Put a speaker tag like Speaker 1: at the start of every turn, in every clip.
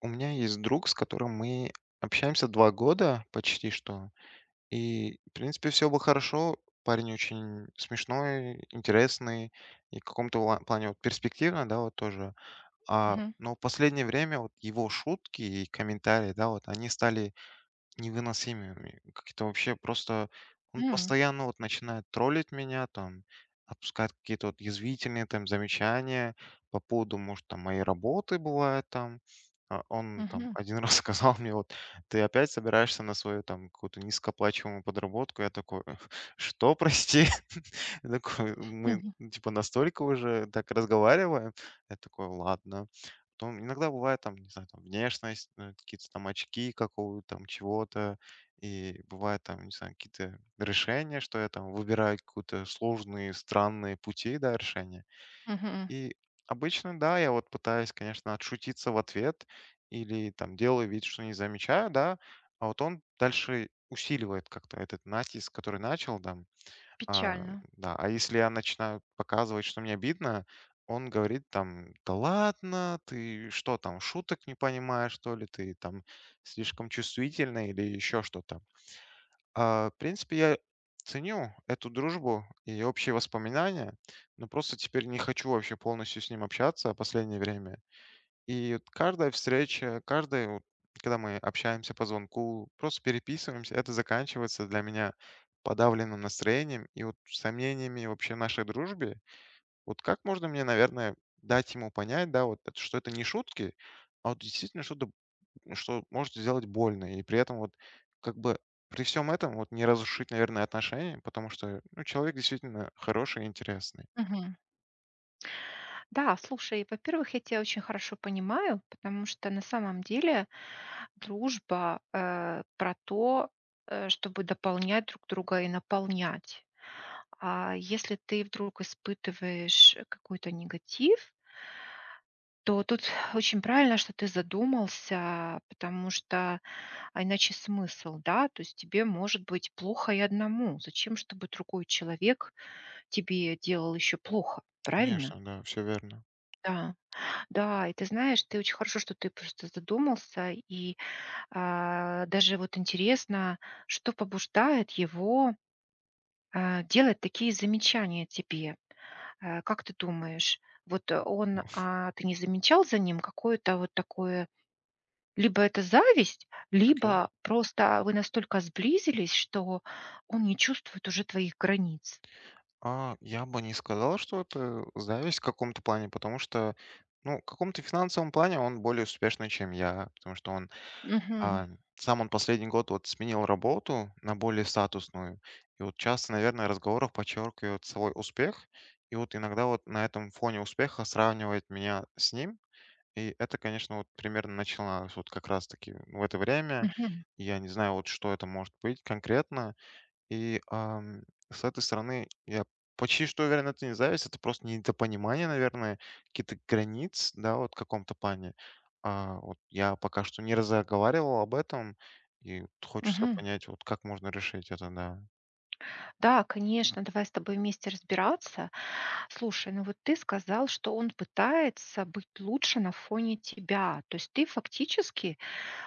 Speaker 1: У меня есть друг, с которым мы общаемся 2 года почти что. И, в принципе, все было хорошо. Парень очень смешной, интересный и в каком-то ла плане вот перспективный, да, вот тоже.
Speaker 2: Мгм.
Speaker 1: Но в последнее время вот его шутки и комментарии, да, вот они стали невыносимыми. Как-то вообще просто он
Speaker 2: М.
Speaker 1: постоянно вот начинает троллить меня, там, отпускает какие-то вот язвительные там замечания по поводу, может, там, моей работы бывает там. Он там
Speaker 2: Мгм.
Speaker 1: один раз сказал мне, вот, ты опять собираешься на свою там какую-то низкооплачиваемую подработку. Я такой, что, прости? Я такой, мы
Speaker 2: Мгм.
Speaker 1: ну, типа настолько уже так разговариваем. Я такой, ладно. Потом иногда бывает там, не знаю, там внешность, какие-то там очки какого там чего-то. И бывает там, не знаю, какие-то решения, что я там выбираю какие-то сложные, странные пути, да, решения.
Speaker 2: Мгм.
Speaker 1: И обычно, да, я вот пытаюсь, конечно, отшутиться в ответ или там делаю вид, что не замечаю, да, а вот он дальше усиливает как-то этот натиск, который начал, да, а,
Speaker 2: Печально.
Speaker 1: да, а если я начинаю показывать, что мне обидно, он говорит там: "Да ладно, ты что там, шуток не понимаешь, что ли? Ты там слишком чувствительный или еще что-то". А, в принципе, я ценю эту дружбу и общие воспоминания, но просто теперь не хочу вообще полностью с ним общаться в последнее время. И вот каждая встреча, каждая, вот, когда мы общаемся по звонку, просто переписываемся, это заканчивается для меня подавленным настроением и вот сомнениями вообще в нашей дружбе. Вот как можно мне, наверное, дать ему понять, да, вот, что это не шутки, а вот действительно что-то, что может сделать больно. И при этом вот как бы при всем этом вот не разрушить, наверное, отношения, потому что ну, человек действительно хороший и интересный.
Speaker 2: Мгм. Да, слушай, во-первых, я тебя очень хорошо понимаю, потому что на самом деле дружба, про то, чтобы дополнять друг друга и наполнять. А если ты вдруг испытываешь какой-то негатив, то тут очень правильно, что ты задумался, потому что, а иначе смысл, да? То есть тебе может быть плохо и одному. Зачем, чтобы другой человек тебе делал еще плохо, правильно?
Speaker 1: Конечно, да, все верно.
Speaker 2: Да, да, и ты знаешь, ты очень хорошо, что ты просто задумался, и даже вот интересно, что побуждает его делать такие замечания тебе. Как ты думаешь, вот ты не замечал за ним какое-то вот такое, либо это зависть, либо просто вы настолько сблизились, что он не чувствует уже твоих границ.
Speaker 1: А, я бы не сказал, что это зависть в каком-то плане, потому что, ну, в каком-то финансовом плане он более успешный, чем я, потому что он,
Speaker 2: Мгм.
Speaker 1: а, сам он последний год вот сменил работу на более статусную, и вот часто, наверное, разговоров подчеркивает свой успех, и вот иногда вот на этом фоне успеха сравнивает меня с ним, и это, конечно, вот примерно началось вот как раз-таки в это время,
Speaker 2: Мгм.
Speaker 1: и я не знаю вот, что это может быть конкретно, и, ам, с этой стороны, я почти что уверен, это не зависть, это просто недопонимание, наверное, каких-то границ, да, вот в каком-то плане. А, вот я пока что не разговаривал об этом, и вот хочется
Speaker 2: Мгм.
Speaker 1: понять, вот как можно решить это, да.
Speaker 2: Да, конечно, давай с тобой вместе разбираться. Слушай, ну вот ты сказал, что он пытается быть лучше на фоне тебя. То есть ты фактически,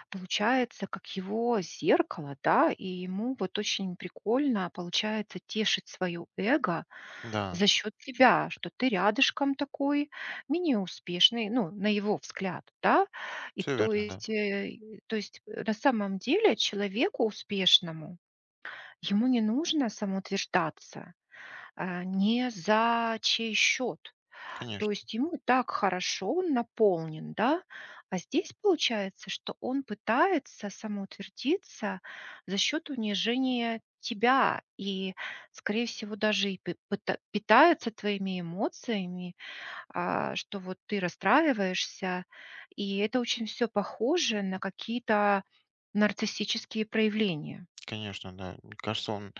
Speaker 2: получается, как его зеркало, да, и ему вот очень прикольно получается тешить свое эго
Speaker 1: Да,
Speaker 2: за счет тебя, что ты рядышком такой, менее успешный, ну, на его взгляд, да. И
Speaker 1: все
Speaker 2: то
Speaker 1: верно, да,
Speaker 2: есть, э, то есть э, на самом деле человеку успешному ему не нужно самоутверждаться, не за чей счет. То
Speaker 1: конечно.
Speaker 2: есть ему и так хорошо, он наполнен, да. А здесь получается, что он пытается самоутвердиться за счет унижения тебя и, скорее всего, даже и питается твоими эмоциями, что вот ты расстраиваешься. И это очень все похоже на какие-то нарциссические проявления.
Speaker 1: Конечно, да. Мне кажется, он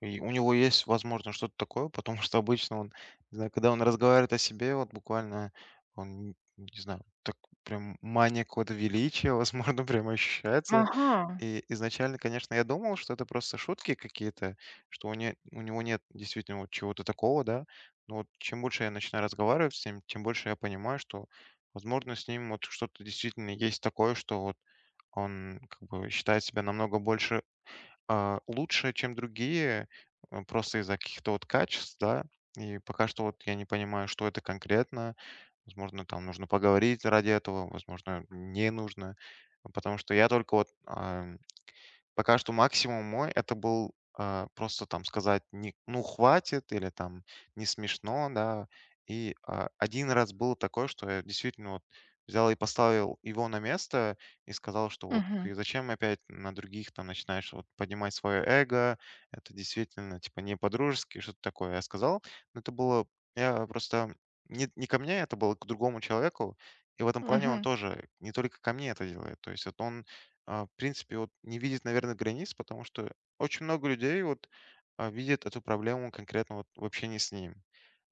Speaker 1: и у него есть, возможно, что-то такое, потому что обычно он, не знаю, когда он разговаривает о себе, вот буквально он, не знаю, так прям мания какого-то величия, возможно, прям ощущается.
Speaker 2: Ага.
Speaker 1: И изначально, конечно, я думал, что это просто шутки какие-то, что у него нет действительно вот чего-то такого, да. Но вот чем больше я начинаю разговаривать с ним, тем больше я понимаю, что, возможно, с ним вот что-то действительно есть такое, что вот он как бы считает себя намного лучше, чем другие, просто из-за каких-то вот качеств, да. И пока что вот я не понимаю, что это конкретно. Возможно, там нужно поговорить ради этого, возможно, не нужно. Потому что я только вот, пока что максимум это был, просто там сказать не "ну, хватит" или там "не смешно", да. 1 раз было такое, что я действительно вот взял и поставил его на место и сказал, что вот
Speaker 2: Мгм.
Speaker 1: ты зачем опять на других там начинаешь вот поднимать свое эго, это действительно типа не по-дружески, что-то такое я сказал. Но это было, я просто не ко мне, это было к другому человеку. И в этом плане он
Speaker 2: Мгм.
Speaker 1: тоже не только ко мне это делает. То есть вот он в принципе, вот не видит, наверное, границ, потому что очень много людей вот видит эту проблему конкретно вот в общении с ним.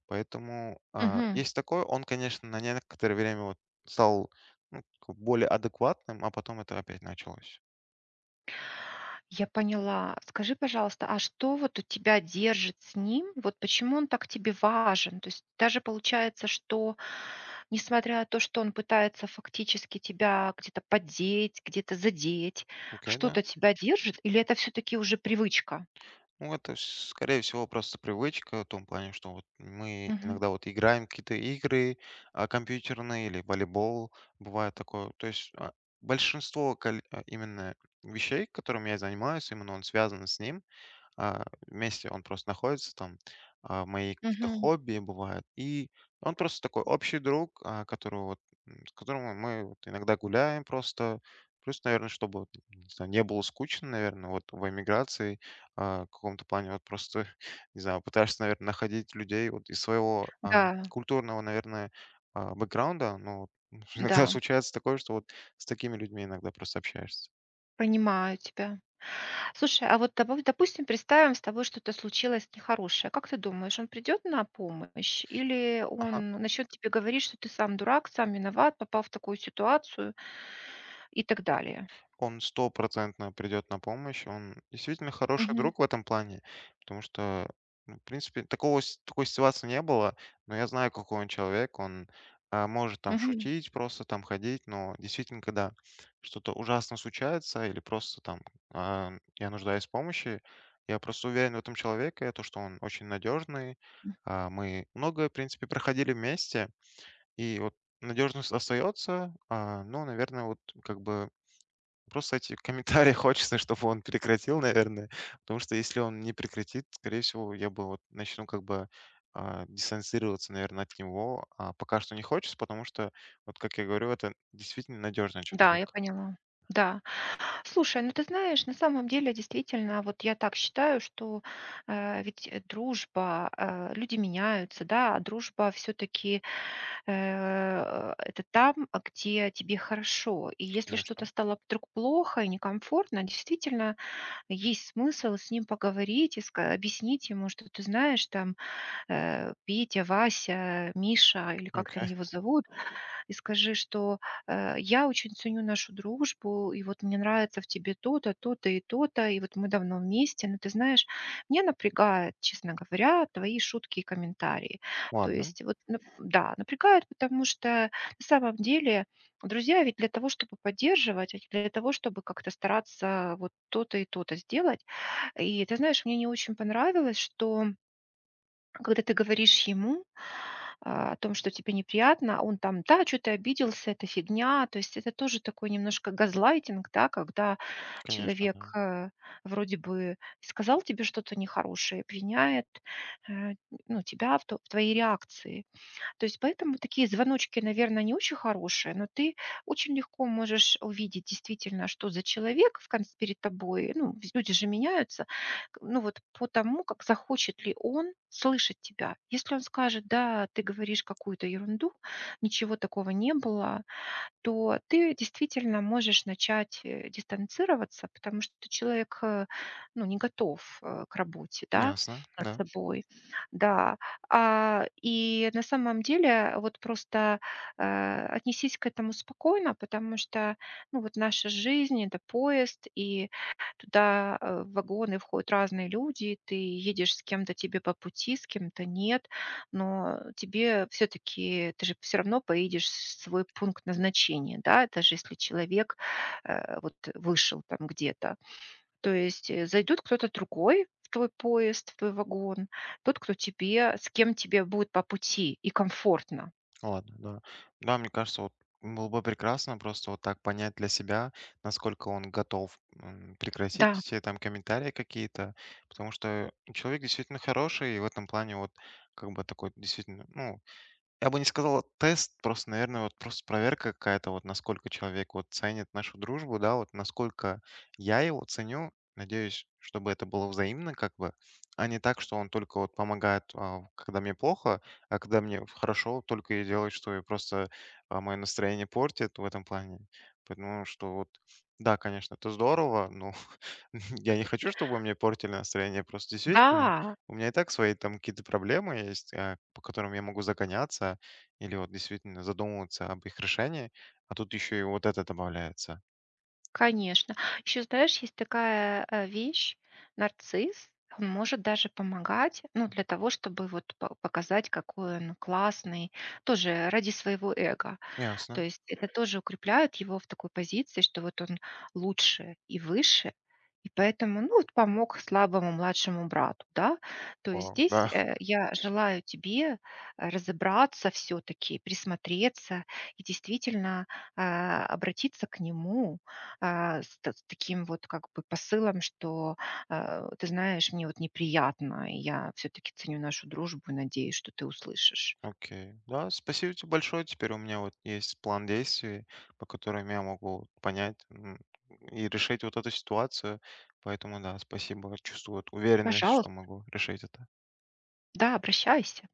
Speaker 1: Поэтому
Speaker 2: Мгм.
Speaker 1: есть такое, он, конечно, на некоторое время вот стал ну, как бы более адекватным, а потом это опять началось.
Speaker 2: Я поняла. Скажи, пожалуйста, а что вот у тебя держит с ним? Вот почему он так тебе важен? То есть даже получается, что несмотря на то, что он пытается фактически тебя где-то поддеть, где-то задеть,
Speaker 1: Окей, да?
Speaker 2: что-то тебя держит, или это все-таки уже привычка?
Speaker 1: Ну, это, вс скорее всего, просто привычка в том плане, что вот мы
Speaker 2: Мгм.
Speaker 1: иногда вот играем какие-то игры, компьютерные или волейбол, бывает такое. То есть, большинство именно вещей, которыми я занимаюсь, именно он связан с ним вместе он просто находится там, мои какие-то
Speaker 2: Мгм.
Speaker 1: хобби бывают. И он просто такой общий друг, которого вот, с которым мы вот иногда гуляем просто. Плюс, наверное, чтобы вот, не, знаю, не было скучно, наверное, вот в эмиграции в каком-то плане вот просто, не знаю, пытаешься, наверное, находить людей вот из своего
Speaker 2: Да,
Speaker 1: культурного, наверное, бэкграунда. Но иногда
Speaker 2: да,
Speaker 1: случается такое, что вот с такими людьми иногда просто общаешься.
Speaker 2: понимаю тебя. Слушай, а вот добав допустим, представим, с тобой что-то случилось нехорошее. Как ты думаешь, он придет на помощь или
Speaker 1: Ага.
Speaker 2: он начнет тебе говорить, что ты сам дурак, сам виноват, попал в такую ситуацию и так далее?
Speaker 1: Он стопроцентно придет на помощь. Он действительно хороший
Speaker 2: Мгм.
Speaker 1: друг в этом плане, потому что, ну, в принципе, такой ситуации не было, но я знаю, какой он человек. Он может там
Speaker 2: Мгм.
Speaker 1: шутить, просто там ходить, но действительно, когда что-то ужасно случается или просто там а, я нуждаюсь в помощи, я просто уверен в этом человеке, то, что он очень надежный. А, мы многое, в принципе, проходили вместе, и вот надежность остается, ну, наверное, вот как бы просто эти комментарии хочется, чтобы он прекратил, наверное. Потому что если он не прекратит, скорее всего, я бы вот начну как бы дистанцироваться, наверное, от него. А пока что не хочется, потому что, вот как я говорю, это действительно надежный
Speaker 2: Да, я
Speaker 1: человек.
Speaker 2: поняла. Да. Слушай, ну ты знаешь, на самом деле действительно, вот я так считаю, что ведь дружба, люди меняются, да, а дружба все-таки это там, а где тебе хорошо. И если что-то
Speaker 1: Конечно.
Speaker 2: стало вдруг плохо и некомфортно, действительно есть смысл с ним поговорить и объяснить ему, что ты знаешь, там Петя, Вася, Миша или как там
Speaker 1: Окей.
Speaker 2: его зовут, и скажи, что, я очень ценю нашу дружбу, и вот мне нравится в тебе то-то, то-то и то-то, и вот мы давно вместе, но ты знаешь, меня напрягает, честно говоря, твои шутки и комментарии. То
Speaker 1: Ладно.
Speaker 2: есть вот, нап да, напрягает, потому что на самом деле друзья ведь для того, чтобы поддерживать, а не для того, чтобы как-то стараться вот то-то и то-то сделать. И ты знаешь, мне не очень понравилось, что когда ты говоришь ему, о том, что тебе неприятно, а он там: "Да, что ты обиделся, это фигня". То есть это тоже такой немножко газлайтинг, да, когда
Speaker 1: Конечно,
Speaker 2: человек,
Speaker 1: да.
Speaker 2: вроде бы сказал тебе что-то нехорошее, обвиняет, э, ну, тебя в твоей реакции. То есть поэтому такие звоночки, наверное, не очень хорошие, но ты очень легко можешь увидеть действительно, что за человек в конце перед тобой. Ну, ведь люди же меняются. Ну, вот по тому, как захочет ли он слышать тебя. Если он скажет, да, ты говоришь какую-то ерунду, ничего такого не было, то ты действительно можешь начать дистанцироваться, потому что человек ну, не готов к работе, да,
Speaker 1: Ясно,
Speaker 2: над
Speaker 1: да.
Speaker 2: собой. Да. И на самом деле вот просто отнесись к этому спокойно, потому что ну, вот наша жизнь– это поезд, и туда в вагоны входят разные люди, ты едешь с кем-то тебе по пути, с кем-то нет, но тебе все-таки, ты же все равно поедешь в свой пункт назначения, да, даже если человек вот вышел там где-то. То есть зайдет кто-то другой в твой поезд, в твой вагон, тот, кто тебе, с кем тебе будет по пути и комфортно.
Speaker 1: Ладно, да. Да, мне кажется, вот было бы прекрасно просто вот так понять для себя, насколько он готов прекратить
Speaker 2: Да,
Speaker 1: все там комментарии какие-то, потому что человек действительно хороший, и в этом плане вот как бы такой действительно, ну, я бы не сказал тест, просто, наверное, вот просто проверка какая-то, вот насколько человек вот ценит нашу дружбу, да, вот насколько я его ценю. Надеюсь, чтобы это было взаимно, как бы, а не так, что он только вот помогает, когда мне плохо, а когда мне хорошо, вот только и делает, что и просто мое настроение портит в этом плане. Поэтому что вот, да, конечно, это здорово, но я не хочу, чтобы вы мне портили настроение. Просто действительно,
Speaker 2: да,
Speaker 1: у меня и так свои там какие-то проблемы есть, по которым я могу загоняться или вот действительно задумываться об их решении, а тут еще и вот это добавляется.
Speaker 2: конечно. Еще, знаешь, есть такая вещь, нарцисс, он может даже помогать, ну, для того, чтобы вот показать, какой он классный, тоже ради своего эго. То
Speaker 1: Ясно.
Speaker 2: есть это тоже укрепляет его в такой позиции, что вот он лучше и выше, и поэтому, ну, вот помог слабому младшему брату, да. То есть
Speaker 1: Вау, да,
Speaker 2: здесь я желаю тебе разобраться все-таки, присмотреться и действительно обратиться к нему с таким вот как бы посылом, что ты знаешь, мне вот неприятно, и я все-таки ценю нашу дружбу и надеюсь, что ты услышишь.
Speaker 1: окей. Да, спасибо тебе большое. Теперь у меня вот есть план действий, по которым я могу вот понять и решить вот эту ситуацию. Поэтому да, спасибо. Чувствую вот уверенность, что
Speaker 2: Пожалуйста,
Speaker 1: могу решить это.
Speaker 2: да, обращайся.